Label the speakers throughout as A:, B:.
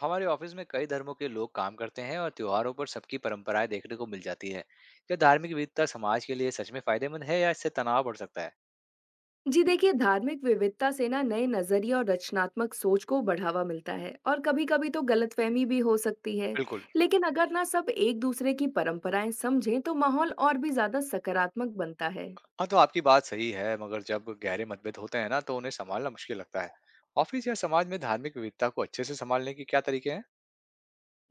A: हमारे ऑफिस में कई धर्मों के लोग काम करते हैं और त्योहारों पर सबकी परंपराएं देखने को मिल जाती है। क्या धार्मिक विविधता समाज के लिए सच में फायदेमंद है या इससे तनाव बढ़ सकता है?
B: जी देखिए, धार्मिक विविधता से ना नए नजरिए और रचनात्मक सोच को बढ़ावा मिलता है, और कभी कभी तो गलतफहमी भी हो सकती है।
A: बिल्कुल।
B: लेकिन अगर ना सब एक दूसरे की परंपराएं समझें तो माहौल और भी ज्यादा सकारात्मक बनता है।
A: हाँ, तो आपकी बात सही है, मगर जब गहरे मतभेद होते हैं ना तो उन्हें संभालना मुश्किल लगता है। ऑफिस या समाज में धार्मिक विविधता को अच्छे से संभालने के क्या तरीके हैं?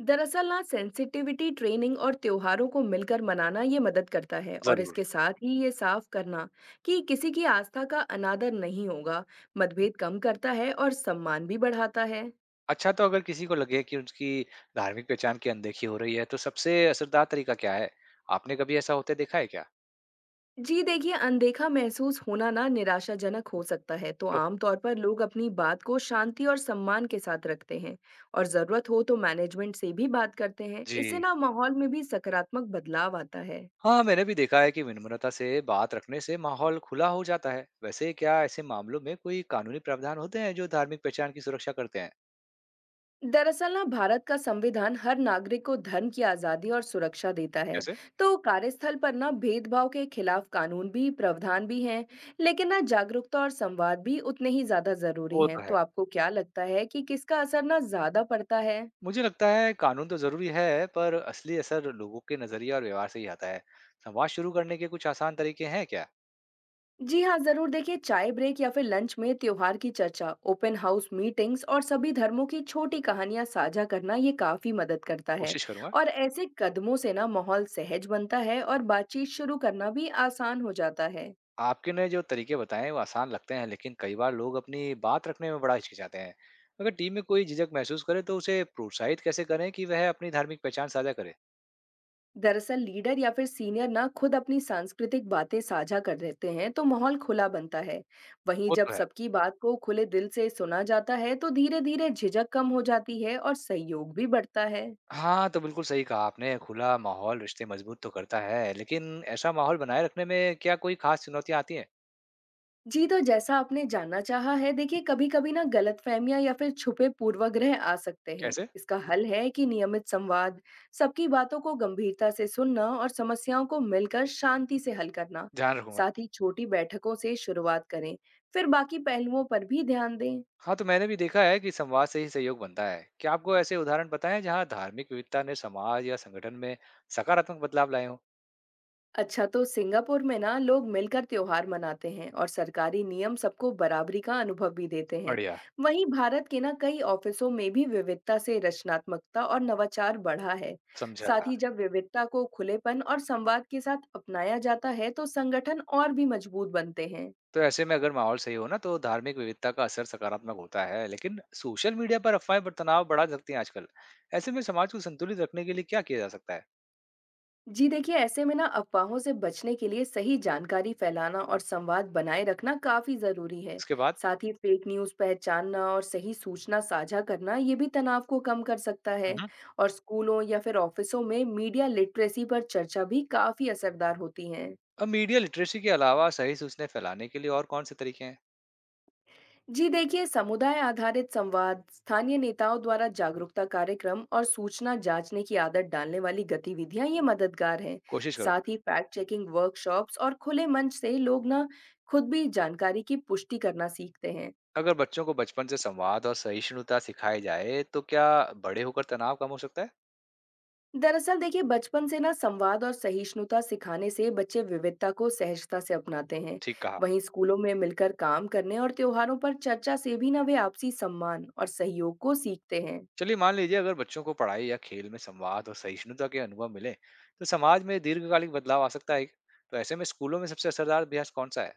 B: दरअसल ना, सेंसिटिविटी ट्रेनिंग और त्योहारों को मिलकर मनाना, ये मदद करता है। और
A: जरूर।
B: इसके साथ ही ये साफ करना कि किसी की आस्था का अनादर नहीं होगा, मतभेद कम करता है और सम्मान भी बढ़ाता है।
A: अच्छा, तो अगर किसी को लगे कि उसकी धार्मिक पहचान की अनदेखी हो रही है तो सबसे असरदार तरीका क्या है? आपने कभी ऐसा होते देखा है क्या?
B: जी देखिए, अनदेखा महसूस होना ना निराशाजनक हो सकता है, तो
A: तो-
B: आम तौर पर लोग अपनी बात को शांति और सम्मान के साथ रखते हैं। और ज़रूरत हो तो मैनेजमेंट से भी बात करते हैं। इससे
A: जी।
B: ना माहौल में भी सकारात्मक बदलाव आता है।
A: हाँ, मैंने भी देखा है कि विनम्रता से बात रखने से माहौल खुला हो जाता है। वैसे क्या ऐसे मामलों में कोई कानूनी प्रावधान होते हैं जो धार्मिक पहचान की सुरक्षा करते हैं?
B: दरअसल ना, भारत का संविधान हर नागरिक को धर्म की आज़ादी और सुरक्षा देता है।
A: कैसे?
B: तो कार्यस्थल पर ना भेदभाव के खिलाफ कानून भी, प्रावधान भी हैं, लेकिन ना जागरूकता और संवाद भी उतने ही ज़्यादा ज़रूरी
A: वो
B: हैं।
A: तो है।
B: तो आपको क्या लगता है कि किसका असर ना ज़्यादा पड़ता है?
A: मुझे लगता है कानून तो जरूरी है, पर असली असर लोगों के नजरिए और व्यवहार से ही आता है। संवाद शुरू करने के कुछ आसान तरीके हैं क्या?
B: जी हाँ, ज़रूर। देखिए, चाय ब्रेक या फिर लंच में त्योहार की चर्चा, ओपन हाउस मीटिंग्स और सभी धर्मों की छोटी कहानियां साझा करना, ये काफी मदद करता है।
A: कोशिश करूंगा।
B: और ऐसे कदमों से ना माहौल सहज बनता है और बातचीत शुरू करना भी आसान हो जाता है।
A: आपके ने जो तरीके बताए हैं, वो आसान लगते हैं, लेकिन कई बार लोग अपनी बात रखने में बड़ा हिचकिचाते हैं। अगर टीम में कोई झिझक महसूस करे तो उसे प्रोत्साहित कैसे करें कि वह अपनी धार्मिक पहचान साझा करे?
B: दरअसल, लीडर या फिर सीनियर ना खुद अपनी सांस्कृतिक बातें साझा कर देते हैं, तो माहौल खुला बनता है। वहीं
A: वो
B: जब
A: तो है।
B: सबकी बात को खुले दिल से सुना जाता है, तो धीरे धीरे झिझक कम हो जाती है और सहयोग भी बढ़ता है।
A: हाँ, तो बिल्कुल सही कहा आपने, खुला माहौल रिश्ते मजबूत तो करता है, लेकिन ऐसा माहौल बनाए रखने में क्या कोई खास चुनौतियाँ आती हैं?
B: जी, तो जैसा आपने जानना चाहा है, देखिए, कभी-कभी ना गलतफहमियाँ या फिर छुपे पूर्वाग्रह आ सकते हैं।
A: कैसे?
B: इसका हल है कि नियमित संवाद, सबकी बातों को गंभीरता से सुनना और समस्याओं को मिलकर शांति से हल करना।
A: ध्यान रखूँगा।
B: साथ ही छोटी बैठकों से शुरुआत करें, फिर बाकी पहलुओं पर भी ध्यान दें।
A: हाँ, तो मैंने भी देखा है कि संवाद से ही सहयोग बनता है। क्या आपको ऐसे उदाहरण पता है जहाँ धार्मिक विविधता ने समाज या संगठन में सकारात्मक बदलाव लाए हों?
B: अच्छा, तो सिंगापुर में ना लोग मिलकर त्योहार मनाते हैं और सरकारी नियम सबको बराबरी का अनुभव भी देते हैं।
A: बढ़िया।
B: वहीं भारत के ना कई ऑफिसों में भी विविधता से रचनात्मकता और नवाचार बढ़ा है। साथ
A: समझा।
B: ही जब विविधता को खुलेपन और संवाद के साथ अपनाया जाता है, तो संगठन और भी मजबूत बनते हैं।
A: तो ऐसे में अगर माहौल सही हो ना, तो धार्मिक विविधता का असर सकारात्मक होता है, लेकिन सोशल मीडिया पर अफ़वाहें पर तनाव बढ़ा सकती हैं आजकल। ऐसे में समाज को संतुलित रखने के लिए क्या किया जा सकता है?
B: जी देखिए, ऐसे में ना अफवाहों से बचने के लिए सही जानकारी फैलाना और संवाद बनाए रखना काफी जरूरी है।
A: उसके बाद?
B: साथ ही फेक न्यूज पहचानना और सही सूचना साझा करना, ये भी तनाव को कम कर सकता है। और स्कूलों या फिर ऑफिसों में मीडिया लिटरेसी पर चर्चा भी काफी असरदार होती है।
A: अब मीडिया लिटरेसी के अलावा सही सूचनाएं फैलाने के लिए और कौन से तरीके हैं?
B: जी देखिए, समुदाय आधारित संवाद, स्थानीय नेताओं द्वारा जागरूकता कार्यक्रम और सूचना जांचने की आदत डालने वाली गतिविधियां, ये मददगार हैं।
A: कोशिश
B: साथ
A: करूंगा।
B: ही फैक्ट चेकिंग वर्कशॉप्स और खुले मंच से लोग ना खुद भी जानकारी की पुष्टि करना सीखते हैं।
A: अगर बच्चों को बचपन से संवाद और सहिष्णुता सिखाई जाए तो क्या बड़े होकर तनाव कम हो सकता है?
B: दरअसल देखिए, बचपन से ना संवाद और सहिष्णुता सिखाने से बच्चे विविधता को सहजता से अपनाते हैं।
A: ठीक कहा।
B: वहीं स्कूलों में मिलकर काम करने और त्योहारों पर चर्चा से भी ना वे आपसी सम्मान और सहयोग को सीखते हैं।
A: चलिए मान लीजिए, अगर बच्चों को पढ़ाई या खेल में संवाद और सहिष्णुता के अनुभव मिले तो समाज में दीर्घकालिक बदलाव आ सकता है। तो ऐसे में स्कूलों में सबसे असरदार अभ्यास कौन सा है?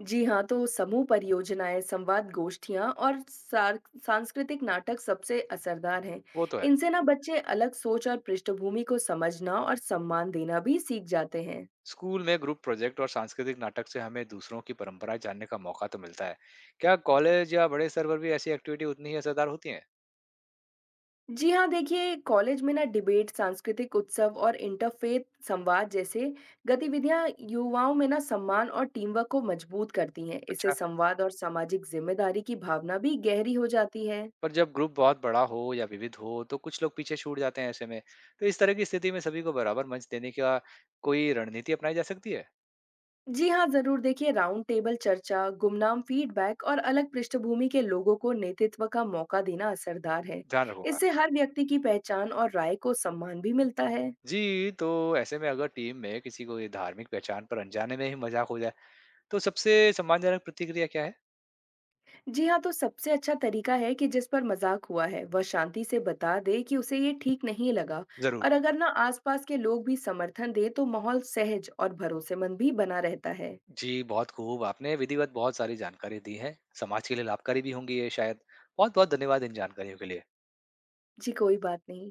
B: जी हाँ, तो समूह परियोजनाएं, संवाद गोष्ठियां और सार सांस्कृतिक नाटक सबसे असरदार हैं।
A: वो तो है।
B: इनसे ना बच्चे अलग सोच और पृष्ठभूमि को समझना और सम्मान देना भी सीख जाते हैं।
A: स्कूल में ग्रुप प्रोजेक्ट और सांस्कृतिक नाटक से हमें दूसरों की परंपराएं जानने का मौका तो मिलता है। क्या कॉलेज या बड़े स्तर पर भी ऐसी एक्टिविटी उतनी ही असरदार होती है?
B: जी हाँ, देखिए कॉलेज में ना डिबेट, सांस्कृतिक उत्सव और इंटरफेथ संवाद जैसे गतिविधियां युवाओं में ना सम्मान और टीम वर्क को मजबूत करती हैं। इससे
A: अच्छा,
B: संवाद और सामाजिक जिम्मेदारी की भावना भी गहरी हो जाती है।
A: पर जब ग्रुप बहुत बड़ा हो या विविध हो तो कुछ लोग पीछे छूट जाते हैं ऐसे में, तो इस तरह की स्थिति में सभी को बराबर मंच देने की कोई रणनीति अपनाई जा सकती है?
B: जी हाँ, ज़रूर। देखिए, राउंड टेबल चर्चा, गुमनाम फीडबैक और अलग पृष्ठभूमि के लोगों को नेतृत्व का मौका देना असरदार है।
A: ध्यान रखूंगा।
B: इससे हर व्यक्ति की पहचान और राय को सम्मान भी मिलता है।
A: जी, तो ऐसे में अगर टीम में किसी को ये धार्मिक पहचान पर अनजाने में ही मजाक हो जाए तो सबसे सम्मानजनक प्रतिक्रिया क्या है?
B: जी हाँ, तो सबसे अच्छा तरीका है कि जिस पर मजाक हुआ है, वह शांति से बता दे कि उसे ये ठीक नहीं लगा।
A: जरूर।
B: और अगर ना आसपास के लोग भी समर्थन दें, तो माहौल सहज और भरोसेमंद भी बना रहता है।
A: जी, बहुत खूब, आपने विधिवत बहुत सारी जानकारी दी है, समाज के लिए लाभकारी भी होंगी ये शायद। बहुत बहुत धन्यवाद इन जानकारियों के लिए।
B: जी, कोई बात नहीं।